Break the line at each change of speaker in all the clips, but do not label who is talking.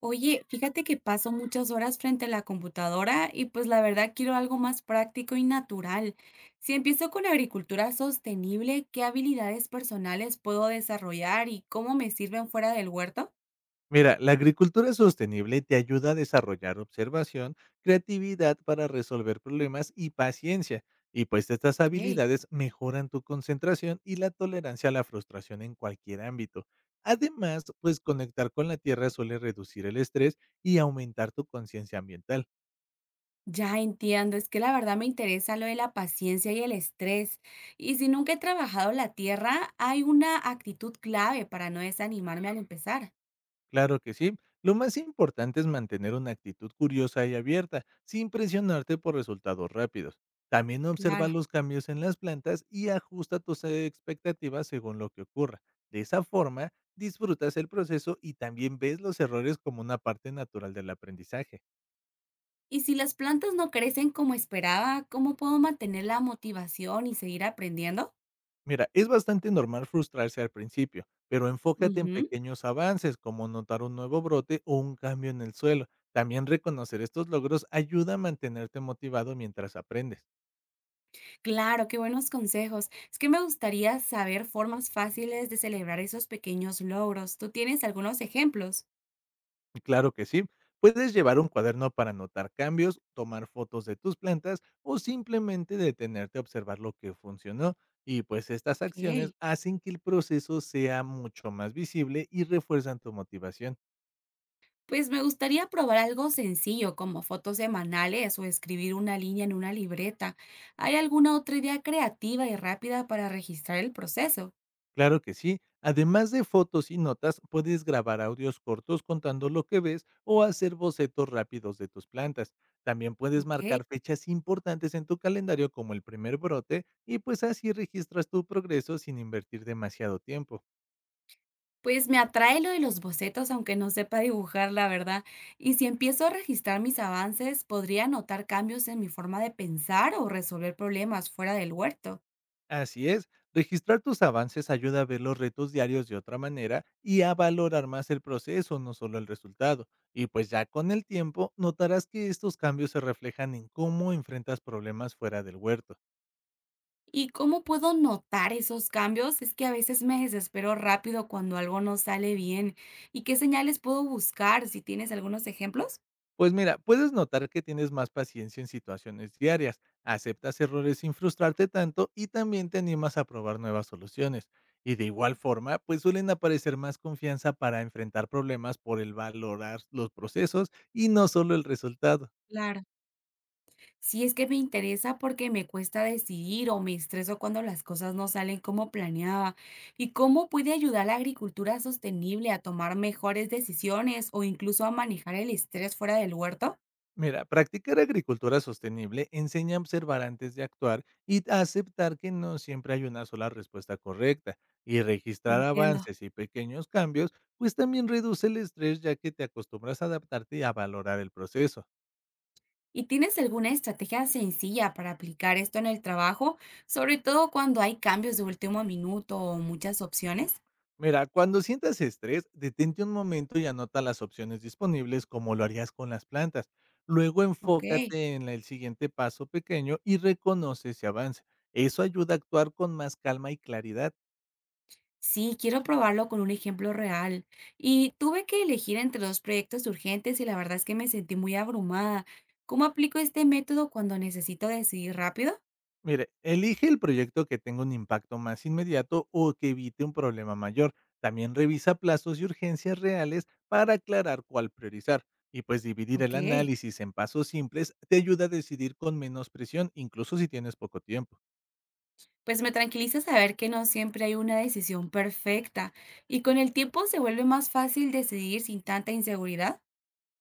Oye, fíjate que paso muchas horas frente a la computadora y pues la verdad quiero algo más práctico y natural. Si empiezo con agricultura sostenible, ¿qué habilidades personales puedo desarrollar y cómo me sirven fuera del huerto?
Mira, la agricultura sostenible te ayuda a desarrollar observación, creatividad para resolver problemas y paciencia. Y pues estas
Ok,
habilidades mejoran tu concentración y la tolerancia a la frustración en cualquier ámbito. Además, pues conectar con la tierra suele reducir el estrés y aumentar tu conciencia ambiental.
ya entiendo, es que la verdad me interesa lo de la paciencia y el estrés. Y si nunca he trabajado la tierra, hay una actitud clave para no desanimarme al empezar.
Claro que sí. Lo más importante es mantener una actitud curiosa y abierta, sin presionarte por resultados rápidos. También observa
Claro.
los cambios en las plantas y ajusta tus expectativas según lo que ocurra. De esa forma, disfrutas el proceso y también ves los errores como una parte natural del aprendizaje.
Y si las plantas no crecen como esperaba, ¿cómo puedo mantener la motivación y seguir aprendiendo?
Mira, es bastante normal frustrarse al principio, pero enfócate en
Ujú.
pequeños avances como notar un nuevo brote o un cambio en el suelo. También reconocer estos logros ayuda a mantenerte motivado mientras aprendes.
Claro, qué buenos consejos. Es que me gustaría saber formas fáciles de celebrar esos pequeños logros. ¿Tú tienes algunos ejemplos?
Claro que sí. Puedes llevar un cuaderno para anotar cambios, tomar fotos de tus plantas o simplemente detenerte a observar lo que funcionó. Y pues estas
Ok.
acciones hacen que el proceso sea mucho más visible y refuerzan tu motivación.
Pues me gustaría probar algo sencillo como fotos semanales o escribir una línea en una libreta. ¿Hay alguna otra idea creativa y rápida para registrar el proceso?
Claro que sí. Además de fotos y notas, puedes grabar audios cortos contando lo que ves o hacer bocetos rápidos de tus plantas. También puedes
Ok.
marcar fechas importantes en tu calendario como el primer brote y pues así registras tu progreso sin invertir demasiado tiempo.
Pues me atrae lo de los bocetos, aunque no sepa dibujar, la verdad. Y si empiezo a registrar mis avances, podría notar cambios en mi forma de pensar o resolver problemas fuera del huerto.
Así es, registrar tus avances ayuda a ver los retos diarios de otra manera y a valorar más el proceso, no solo el resultado. Y pues ya con el tiempo notarás que estos cambios se reflejan en cómo enfrentas problemas fuera del huerto.
¿Y cómo puedo notar esos cambios? Es que a veces me desespero rápido cuando algo no sale bien. ¿Y qué señales puedo buscar? Si tienes algunos ejemplos.
Pues mira, puedes notar que tienes más paciencia en situaciones diarias, aceptas errores sin frustrarte tanto y también te animas a probar nuevas soluciones. Y de igual forma, pues suelen aparecer más confianza para enfrentar problemas por el valorar los procesos y no solo el resultado.
Claro. Si es que me interesa porque me cuesta decidir o me estreso cuando las cosas no salen como planeaba. ¿Y cómo puede ayudar a la agricultura sostenible a tomar mejores decisiones o incluso a manejar el estrés fuera del huerto?
Mira, practicar agricultura sostenible enseña a observar antes de actuar y a aceptar que no siempre hay una sola respuesta correcta. Y registrar
Entiendo.
avances y pequeños cambios, pues también reduce el estrés ya que te acostumbras a adaptarte y a valorar el proceso.
¿Y tienes alguna estrategia sencilla para aplicar esto en el trabajo, sobre todo cuando hay cambios de último minuto o muchas opciones?
Mira, cuando sientas estrés, detente un momento y anota las opciones disponibles como lo harías con las plantas. Luego
Ok.
enfócate en el siguiente paso pequeño y reconoce ese avance. Eso ayuda a actuar con más calma y claridad.
Sí, quiero probarlo con un ejemplo real. Y tuve que elegir entre dos proyectos urgentes y la verdad es que me sentí muy abrumada. ¿Cómo aplico este método cuando necesito decidir rápido?
Mire, elige el proyecto que tenga un impacto más inmediato o que evite un problema mayor. También revisa plazos y urgencias reales para aclarar cuál priorizar. Y pues dividir el
Ok,
análisis en pasos simples te ayuda a decidir con menos presión, incluso si tienes poco tiempo.
pues me tranquiliza saber que no siempre hay una decisión perfecta y con el tiempo se vuelve más fácil decidir sin tanta inseguridad.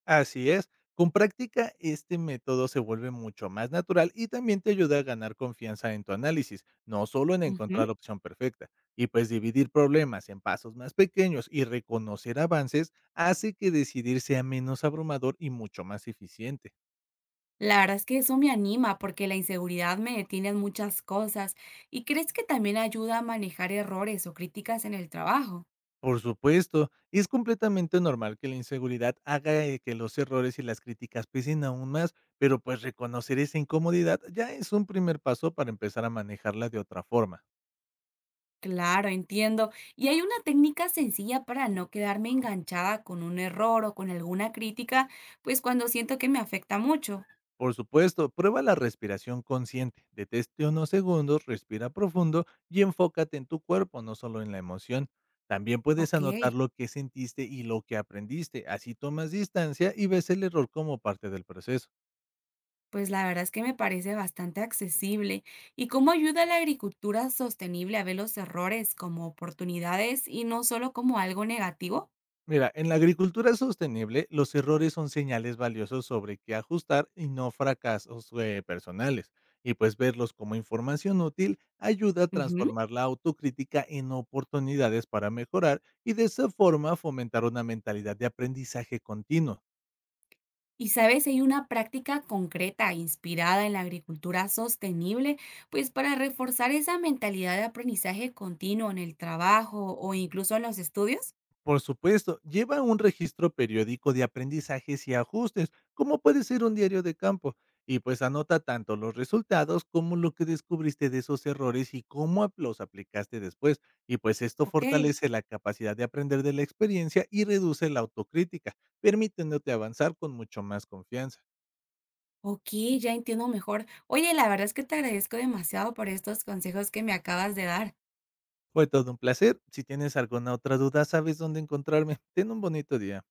Así es. Con práctica, este método se vuelve mucho más natural y también te ayuda a ganar confianza en tu análisis, no solo en
Ujú.
encontrar la opción perfecta. Y pues dividir problemas en pasos más pequeños y reconocer avances hace que decidir sea menos abrumador y mucho más eficiente.
La verdad es que eso me anima porque la inseguridad me detiene en muchas cosas. ¿Y crees que también ayuda a manejar errores o críticas en el trabajo?
Por supuesto, es completamente normal que la inseguridad haga que los errores y las críticas pesen aún más, pero pues reconocer esa incomodidad ya es un primer paso para empezar a manejarla de otra forma.
Claro, entiendo. ¿Y hay una técnica sencilla para no quedarme enganchada con un error o con alguna crítica, pues cuando siento que me afecta mucho?
Por supuesto, prueba la respiración consciente. Deteste unos segundos, respira profundo y enfócate en tu cuerpo, no solo en la emoción. También puedes
Ok,
anotar lo que sentiste y lo que aprendiste. Así tomas distancia y ves el error como parte del proceso.
pues la verdad es que me parece bastante accesible. ¿Y cómo ayuda a la agricultura sostenible a ver los errores como oportunidades y no solo como algo negativo?
Mira, en la agricultura sostenible, los errores son señales valiosos sobre qué ajustar y no fracasos personales. Y pues verlos como información útil ayuda a
Ujú.
transformar la autocrítica en oportunidades para mejorar y de esa forma fomentar una mentalidad de aprendizaje continuo.
Y sabes, si hay una práctica concreta inspirada en la agricultura sostenible, pues para reforzar esa mentalidad de aprendizaje continuo en el trabajo o incluso en los estudios.
Por supuesto, lleva un registro periódico de aprendizajes y ajustes, como puede ser un diario de campo, y pues anota tanto los resultados como lo que descubriste de esos errores y cómo los aplicaste después. Y pues esto
Ok,
fortalece la capacidad de aprender de la experiencia y reduce la autocrítica, permitiéndote avanzar con mucho más confianza.
ok, ya entiendo mejor. Oye, la verdad es que te agradezco demasiado por estos consejos que me acabas de dar.
Fue todo un placer. Si tienes alguna otra duda, sabes dónde encontrarme. Ten un bonito día.